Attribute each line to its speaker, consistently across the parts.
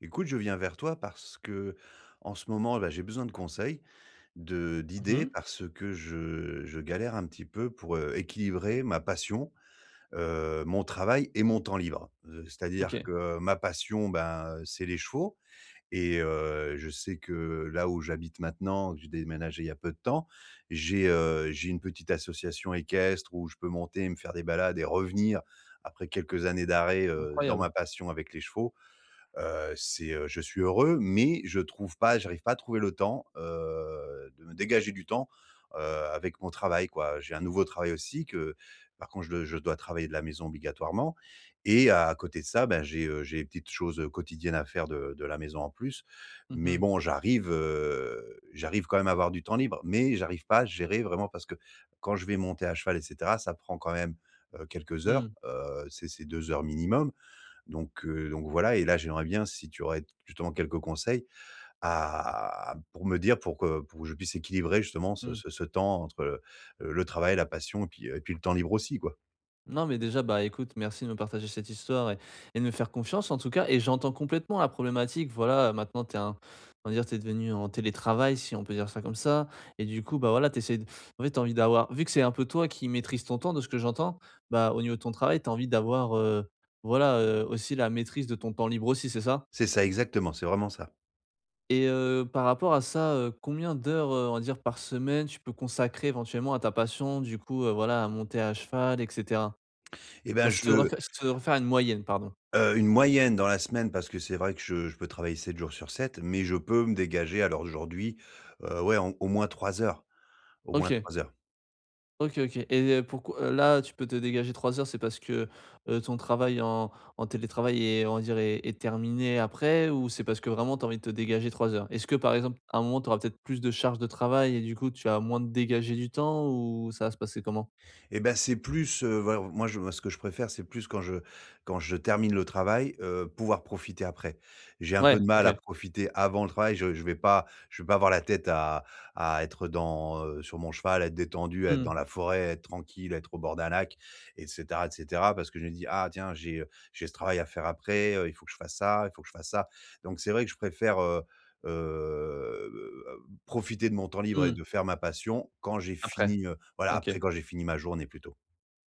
Speaker 1: Écoute, je viens vers toi parce que, en ce moment, bah, j'ai besoin de conseils, de
Speaker 2: Mmh
Speaker 1: d'idées
Speaker 2: mh.
Speaker 1: parce que je galère un petit peu pour, équilibrer ma passion, mon travail et mon temps libre. C'est-à-dire
Speaker 2: OK,
Speaker 1: que ma passion, ben, c'est les chevaux et je sais que là où j'habite maintenant, que j'ai déménagé il y a peu de temps, j'ai une petite association équestre où je peux monter, me faire des balades et revenir après quelques années d'arrêt, dans ma
Speaker 2: incroyable.
Speaker 1: passion avec les chevaux. Je suis heureux, mais je trouve pas j'arrive pas à trouver le temps, de me dégager du temps, avec mon travail, quoi. J'ai un nouveau travail aussi que par contre je dois travailler de la maison obligatoirement et à côté de ça, ben, j'ai des petites choses, quotidiennes à faire de la maison en plus.
Speaker 2: Mmh
Speaker 1: Mais
Speaker 2: mh.
Speaker 1: bon, j'arrive quand même à avoir du temps libre, mais j'arrive pas à gérer vraiment parce que quand je vais monter à cheval et cetera, ça prend quand même, quelques
Speaker 2: Mmh.
Speaker 1: heures, c'est 2 heures minimum donc voilà et là, j'aimerais bien si tu aurais justement quelques conseils à pour me dire pour que je puisse équilibrer justement ce
Speaker 2: Mmh.
Speaker 1: ce ce temps entre, le travail, la passion et puis le temps libre aussi, quoi.
Speaker 2: Non, mais déjà, bah, écoute, merci de me partager cette histoire et de me faire confiance en tout cas et j'entends complètement la problématique. Voilà, maintenant tu es un on va dire, tu es devenu en télétravail, si on peut dire ça comme ça et du coup, bah, voilà, tu essaies de en fait, tu as envie d'avoir vu que c'est un peu toi qui maîtrise ton temps de ce que j'entends, bah, au niveau de ton travail, tu as envie d'avoir, voilà, aussi la maîtrise de ton temps libre aussi, c'est ça?
Speaker 1: C'est ça, exactement, c'est vraiment ça.
Speaker 2: Et par rapport à ça, combien d'heures, on va dire par semaine tu peux consacrer éventuellement à ta passion du coup, voilà à monter à cheval et cetera?
Speaker 1: Et ben,
Speaker 2: Alors
Speaker 1: je
Speaker 2: si tu devrais faire une moyenne, pardon.
Speaker 1: une moyenne dans la semaine parce que c'est vrai que je peux travailler 7 jours sur 7 mais je peux me dégager alors aujourd'hui, ouais, en au moins 3 heures, au moins
Speaker 2: OK,
Speaker 1: 3 heures.
Speaker 2: OK, OK et pourquoi là tu peux te dégager 3 heures, c'est parce que, ton travail en télétravail est on va dire est terminé après ou c'est parce que vraiment tu as envie de te dégager 3 heures? Est-ce que par exemple à un moment tu auras peut-être plus de charge de travail et du coup tu as moins de dégager du temps ou ça va se passer comment?
Speaker 1: Et ben c'est plus, voilà, moi ce que je préfère, c'est plus quand je termine le travail, pouvoir profiter après. J'ai un
Speaker 2: Ouais,
Speaker 1: peu de mal
Speaker 2: OK.
Speaker 1: à profiter avant le travail, je vais pas avoir la tête à être dans, sur mon cheval, à être détendu, à être
Speaker 2: Mmh mh.
Speaker 1: dans la forêt, à être tranquille, à être au bord d'un lac et cetera parce que je me dis: «Ah tiens, j'ai ce travail à faire après, il faut que je fasse ça, il faut que je fasse ça». Donc c'est vrai que heu, profiter de mon temps libre et
Speaker 2: Mmh.
Speaker 1: de faire ma passion quand j'ai
Speaker 2: Après.
Speaker 1: fini, voilà,
Speaker 2: OK.
Speaker 1: après quand j'ai fini ma journée plutôt.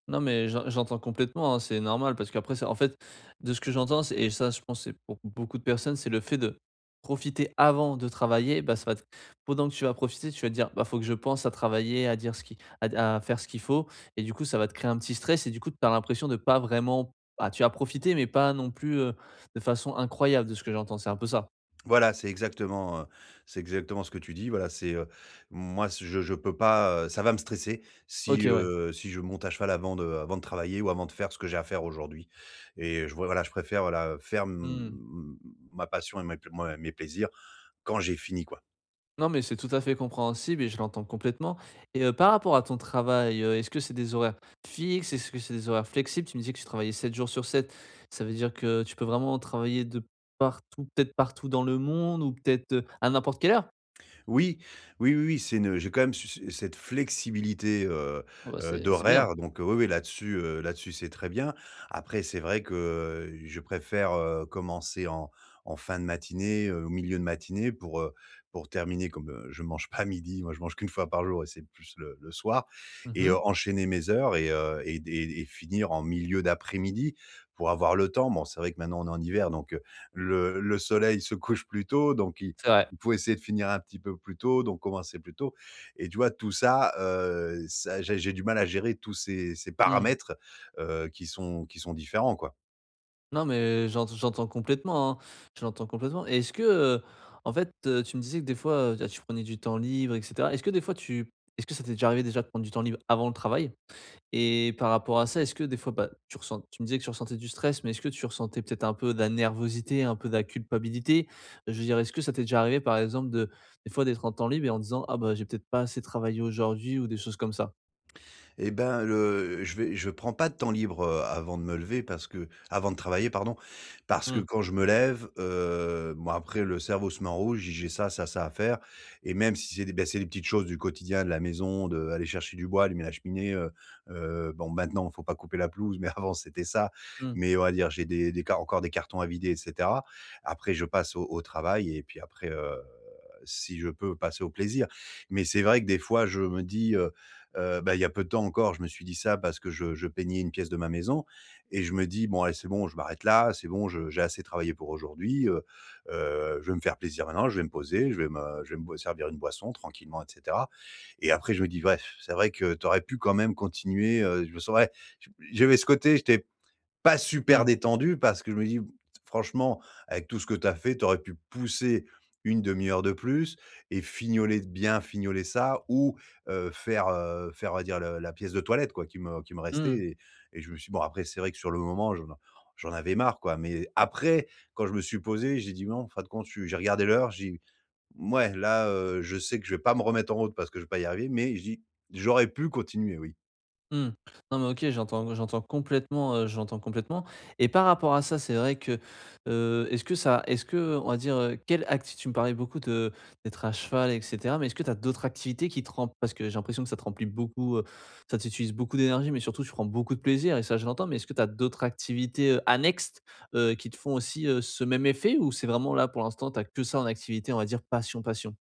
Speaker 2: Non, mais j'entends complètement, hein, c'est normal parce qu'après ça en fait, de ce que j'entends, c'est et ça, je pense, c'est pour beaucoup de personnes, c'est le fait de profiter avant de travailler, bah, ça va te pendant que tu vas profiter, tu vas te dire: «Bah, faut que je pense à travailler, à dire ce qui à faire ce qu'il faut» et du coup, ça va te créer un petit stress et du coup, tu as l'impression de pas vraiment ah tu as profité mais pas non plus, de façon incroyable de ce que j'entends, c'est un peu ça?
Speaker 1: Voilà, c'est exactement ce que tu dis. Voilà, moi c je peux pas, ça va me stresser si,
Speaker 2: OK, ouais.
Speaker 1: si je monte à cheval avant de travailler ou avant de faire ce que j'ai à faire aujourd'hui et je vois, voilà, je préfère, voilà, faire,
Speaker 2: Mmh.
Speaker 1: ma passion et mes pl moi mes plaisirs quand j'ai fini quoi.
Speaker 2: Non, mais c'est tout à fait compréhensible et je l'entends complètement. Et par rapport à ton travail, est-ce que c'est des horaires fixes? Est-ce que c'est des horaires flexibles? Tu me disais que tu travaillais 7 jours sur 7. Ça veut dire que tu peux vraiment travailler de partout, peut-être partout dans le monde ou peut-être, à n'importe quelle heure?
Speaker 1: Oui, oui, oui, oui, c'est une j'ai quand même su cette flexibilité,
Speaker 2: Oh bah, c'est bien.
Speaker 1: d'horaire donc oui, oui, là-dessus, c'est très bien. Après c'est vrai que, je préfère, commencer en fin de matinée, au milieu de matinée pour terminer comme, je mange pas à midi, moi je mange qu'une fois par jour et c'est plus le soir et
Speaker 2: Mmh.
Speaker 1: enchaîner mes heures et finir en milieu d'après-midi pour avoir le temps. Bon, c'est vrai que maintenant on est en hiver donc, le soleil se couche plus tôt donc
Speaker 2: C'est vrai.
Speaker 1: il faut essayer de finir un petit peu plus tôt, donc commencer plus tôt et tu vois, tout ça, j'ai du mal à gérer tous ces
Speaker 2: Mmh.
Speaker 1: paramètres, qui sont différents, quoi.
Speaker 2: Non, mais j'entends complètement, hein. Je l'entends complètement. Et est-ce que, en fait, tu me disais que des fois, tu prenais du temps libre et cetera. Est-ce que des fois tu est-ce que ça t'est déjà arrivé déjà de prendre du temps libre avant le travail? Et par rapport à ça, est-ce que des fois, bah, tu me disais que tu ressentais du stress, mais est-ce que tu ressentais peut-être un peu de la nervosité, un peu de la culpabilité? Je veux dire, est-ce que ça t'est déjà arrivé, par exemple, de des fois d'être en temps libre et en disant: «Ah bah, j'ai peut-être pas assez travaillé aujourd'hui» ou des choses comme ça?
Speaker 1: Eh ben, le je vais je prends pas de temps libre, avant de me lever parce que avant de travailler pardon, parce que
Speaker 2: Mmh,
Speaker 1: quand je me lève, bon après le cerveau se met en rouge, j'ai ça, ça, ça à faire et même si c'est des ben c'est des petites choses du quotidien, de la maison, d'aller chercher du bois, allumer la cheminée, bon maintenant faut pas couper la pelouse, mais avant c'était ça.
Speaker 2: mmh,
Speaker 1: Mais on va dire j'ai des car encore des cartons à vider et cetera. Après je passe au travail et puis après, si je peux passer au plaisir. Mais c'est vrai que des fois je me dis, bah, il y a peu de temps encore, je me suis dit ça parce que je peignais une pièce de ma maison et je me dis: «Bon allez, c'est bon, je m'arrête là, c'est bon, je j'ai assez travaillé pour aujourd'hui, je vais me faire plaisir maintenant, je vais me poser, je vais me boi servir une boisson tranquillement et cetera» et après je me dis: «Bref, c'est vrai que tu aurais pu quand même continuer», je me sens ouais, j'avais ce côté, j'étais pas super
Speaker 2: mmh,
Speaker 1: détendu parce que je me dis: «Franchement, avec tout ce que tu as fait, tu aurais pu pousser une demi-heure de plus et fignoler bien fignoler ça ou, faire on va dire le la pièce de toilette quoi qui me restait»
Speaker 2: mmh.
Speaker 1: et je me suis bon après c'est vrai que sur le moment j'en avais marre quoi, mais après quand je me suis posé, j'ai dit: «Non, en fin de compte», j'ai regardé l'heure, j'ai dit: «Mouais là, je sais que je vais pas me remettre en route parce que je vais pas y arriver», mais j'ai dis: «J'aurais pu continuer oui».
Speaker 2: Mmh. Non, mais OK, j'entends complètement et par rapport à ça, c'est vrai que, est-ce que on va dire, quelle activité tu me parlais beaucoup de d'être à cheval et cetera, mais est-ce que tu as d'autres activités qui te rem parce que j'ai l'impression que ça te remplit beaucoup, ça t'utilise beaucoup d'énergie, mais surtout tu prends beaucoup de plaisir et ça, je l'entends, mais est-ce que tu as d'autres activités, annexes, qui te font aussi, ce même effet ou c'est vraiment là, pour l'instant, t'as que ça en activité, on va dire passion, passion?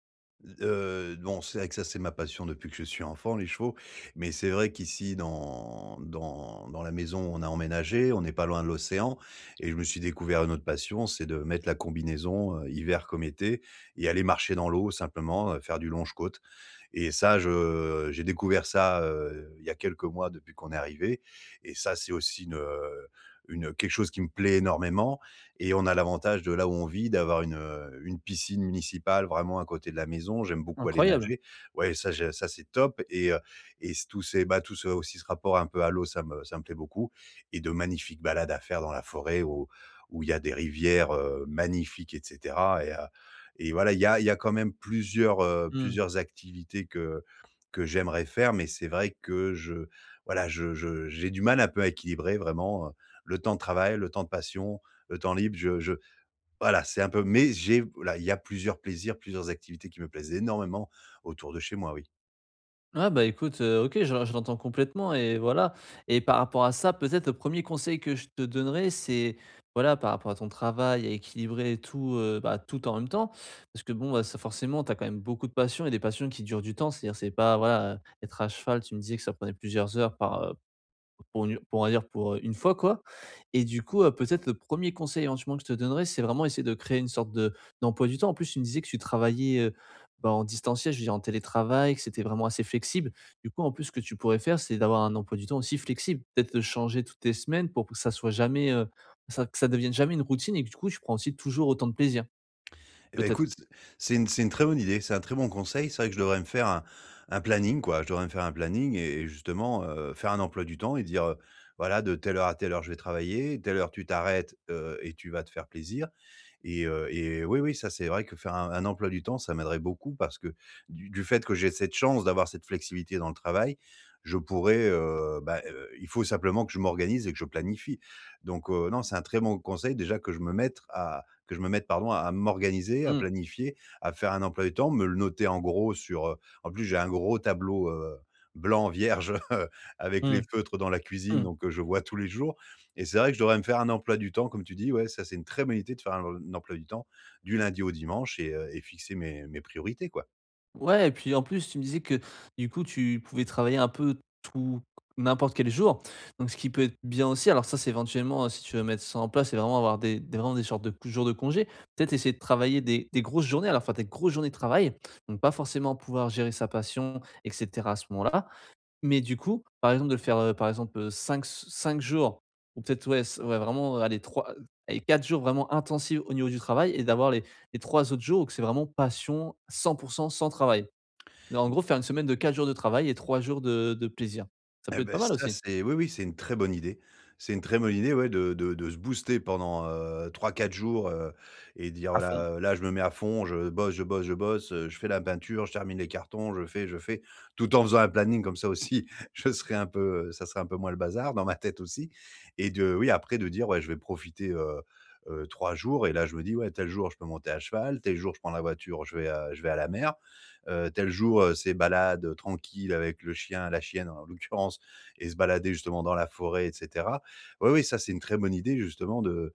Speaker 1: Bon, c'est vrai que ça, c'est ma passion depuis que je suis enfant, les chevaux, mais c'est vrai qu'ici, dans la maison où on a emménagé, on n'est pas loin de l'océan et je me suis découvert une autre passion, c'est de mettre la combinaison, hiver comme été et aller marcher dans l'eau simplement, faire du longe-côte et ça, je j'ai découvert ça, il y a quelques mois depuis qu'on est arrivé. Et ça, c'est aussi une, quelque chose qui me plaît énormément, et on a l'avantage de là où on vit d'avoir une piscine municipale vraiment à côté de la maison. J'aime beaucoup aller
Speaker 2: Incroyable.
Speaker 1: nager. Ouais, ça, c'est top et c tous ces bah, tout ce aussi ce rapport un peu à l'eau, ça me plaît beaucoup et de magnifiques balades à faire dans la forêt où il y a des rivières, magnifiques et cetera et voilà, il y a quand même plusieurs,
Speaker 2: Mmh.
Speaker 1: plusieurs activités que j'aimerais faire, mais c'est vrai que je voilà, je j'ai du mal un peu à équilibrer vraiment, le temps de travail, le temps de passion, le temps libre. Je Voilà, c'est un peu mais j'ai voilà, il y a plusieurs plaisirs, plusieurs activités qui me plaisent énormément autour de chez moi, oui.
Speaker 2: Ouais, bah, écoute, OK, je l'entends complètement et voilà et par rapport à ça, peut-être le premier conseil que je te donnerais, c'est, voilà, par rapport à ton travail, à équilibrer tout, bah, tout en même temps. Parce que bon, bah, ça forcément, tu as quand même beaucoup de passions et des passions qui durent du temps. C'est-à-dire, c'est pas, voilà, être à cheval, tu me disais que ça prenait plusieurs heures par, pour une pour on va dire pour, une fois quoi et du coup, peut-être le premier conseil éventuellement que je te donnerais, c'est vraiment essayer de créer une sorte de d'emploi du temps. En plus, tu me disais que tu travaillais, bah, en distanciel, je veux dire en télétravail, que c'était vraiment assez flexible. Du coup, en plus, ce que tu pourrais faire, c'est d'avoir un emploi du temps aussi flexible. Peut-être, changer toutes tes semaines pour que ça soit jamais, ça que ça devienne jamais une routine et que du coup, tu prends aussi toujours autant de plaisir,
Speaker 1: Eh bah,
Speaker 2: peut-être.
Speaker 1: écoute, c'est une très bonne idée, c'est un très bon conseil. C'est vrai que je devrais me faire un planning, quoi. Je devrais me faire un planning et justement, faire un emploi du temps et dire: «Voilà, de telle heure à telle heure, je vais travailler, telle heure tu t'arrêtes, et tu vas te faire plaisir». Oui, oui, ça, c'est vrai que faire un emploi du temps, ça m'aiderait beaucoup parce que du fait que j'ai cette chance d'avoir cette flexibilité dans le travail, je pourrais, bah, il faut simplement que je m'organise et que je planifie. Non, c'est un très bon conseil déjà que je me mette à que je me mette, pardon, à m'organiser, à
Speaker 2: Mmh,
Speaker 1: planifier, à faire un emploi du temps, me le noter en gros sur, en plus, j'ai un gros tableau, blanc vierge avec les
Speaker 2: mmh,
Speaker 1: feutres dans la cuisine,
Speaker 2: mmh.
Speaker 1: donc je vois tous les jours. Et c'est vrai que je devrais me faire un emploi du temps, comme tu dis, ouais, ça, c'est une très bonne idée de faire un emploi du temps du lundi au dimanche et fixer mes priorités, quoi.
Speaker 2: Ouais, et puis en plus, tu me disais que du coup, tu pouvais travailler un peu tout, n'importe quel jour. Donc, ce qui peut être bien aussi, alors ça, c'est éventuellement, si tu veux mettre ça en place c'est vraiment avoir vraiment des sortes de jours de congé, peut-être essayer de travailler des grosses journées, alors faire des grosses journées de travail. Donc, pas forcément pouvoir gérer sa passion, etc. à ce moment-là. Mais du coup, par exemple, de le faire, par exemple, cinq jours, ou peut-être, ouais, ouais, vraiment, allez, 3, allez, 4 jours vraiment intensifs au niveau du travail et d'avoir les 3 autres jours où que c'est vraiment passion, 100% sans travail en gros, faire une semaine de 4 jours de travail et 3 jours de plaisir. Ça peut
Speaker 1: Eh
Speaker 2: être
Speaker 1: beh,
Speaker 2: pas mal
Speaker 1: ça,
Speaker 2: aussi.
Speaker 1: c'est oui, oui, c'est une très bonne idée. C'est une très bonne idée, ouais, de se booster pendant, 3-4 jours, et dire:
Speaker 2: À fond,
Speaker 1: «Voilà, là, je me mets à fond, je bosse, je bosse, je bosse, je fais la peinture, je termine les cartons, je fais, je fais». Tout en faisant un planning comme ça aussi, je serai un peu, ça serait un peu moins le bazar dans ma tête aussi et de oui, après de dire: «Ouais, je vais profiter, 3 jours». Et là, je me dis: «Ouais, tel jour, je peux monter à cheval, tel jour, je prends la voiture, je vais à la mer, tel jour, c'est balade, tranquille avec le chien, la chienne en l'occurrence, et se balader justement dans la forêt, et cetera. Oui, oui, ça, c'est une très bonne idée justement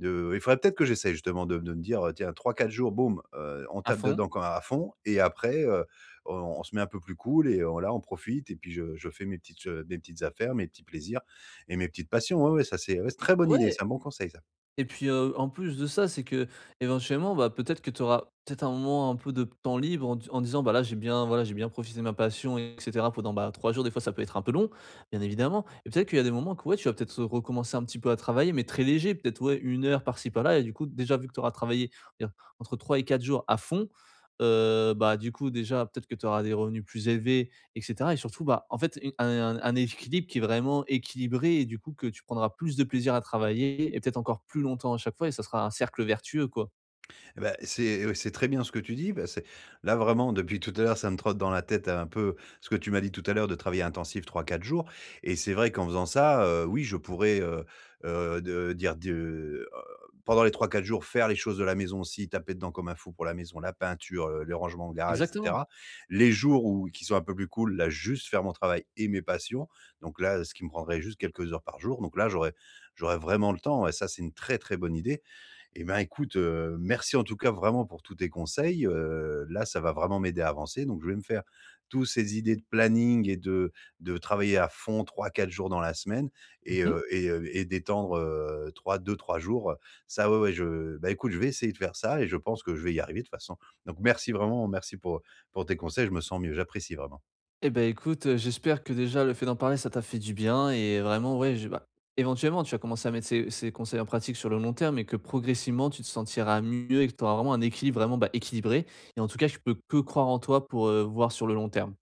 Speaker 1: de il faudrait peut-être que j'essaie justement de me dire, tiens 3-4 jours, boum, on
Speaker 2: à
Speaker 1: tape
Speaker 2: fond.
Speaker 1: dedans quand à fond et après, on se met un peu plus cool et on là, on profite et puis je fais mes petites affaires, mes petits plaisirs et mes petites passions». Oui, ouais, ouais, ça, c'est ouais, c'est une très bonne idée,
Speaker 2: Ouais
Speaker 1: c'est un bon conseil ça.
Speaker 2: et puis, en plus de ça, c'est que éventuellement, bah, peut-être que tu auras peut-être un moment un peu de temps libre en disant: «Bah, là, j'ai bien voilà, j'ai bien profité de ma passion et cetera pendant, bah, 3 jours». Des fois, ça peut être un peu long, bien évidemment et peut-être qu'il y a des moments que, ouais, tu vas peut-être recommencer un petit peu à travailler mais très léger, peut-être, ouais, 1 heure par-ci par-là et du coup, déjà, vu que tu auras travaillé, on va dire entre 3 et 4 jours à fond, bah, du coup, déjà, peut-être que tu auras des revenus plus élevés et cetera et surtout, bah, en fait, une un équilibre qui est vraiment équilibré et du coup que tu prendras plus de plaisir à travailler et peut-être encore plus longtemps à chaque fois et ça sera un cercle vertueux, quoi.
Speaker 1: Eh bah, c'est oui, c'est très bien ce que tu dis. Bah, c'est là, vraiment, depuis tout à l'heure, ça me trotte dans la tête un peu ce que tu m'as dit tout à l'heure de travailler intensif 3-4 jours et c'est vrai qu'en faisant ça, oui, je pourrais, de, pendant les 3-4 jours, faire les choses de la maison aussi, taper dedans comme un fou pour la maison, la peinture, le rangement de garage et
Speaker 2: Exactement.
Speaker 1: cetera. Les jours où qui sont un peu plus cool, là, juste faire mon travail et mes passions, donc là, ce qui me prendrait juste quelques heures par jour, donc là, j'aurais vraiment le temps et ça, c'est une très, très bonne idée. Eh ben, écoute, merci en tout cas vraiment pour tous tes conseils, là, ça va vraiment m'aider à avancer, donc je vais me faire toutes ces idées de planning et de travailler à fond 3-4 jours dans la semaine
Speaker 2: Mmh mh.
Speaker 1: et d'étendre, 3 2-3 jours, ça, ouais, ouais, je bah, écoute, je vais essayer de faire ça et je pense que je vais y arriver de toute façon, donc merci vraiment, merci pour tes conseils, je me sens mieux, j'apprécie vraiment.
Speaker 2: Et bah, écoute, j'espère que déjà le fait d'en parler, ça t'a fait du bien et vraiment, ouais, je bah, éventuellement, tu vas commencer à mettre ces conseils en pratique sur le long terme et que progressivement, tu te sentiras mieux et que tu auras vraiment un équilibre vraiment, bah, équilibré et en tout cas, je peux que croire en toi pour, voir sur le long terme.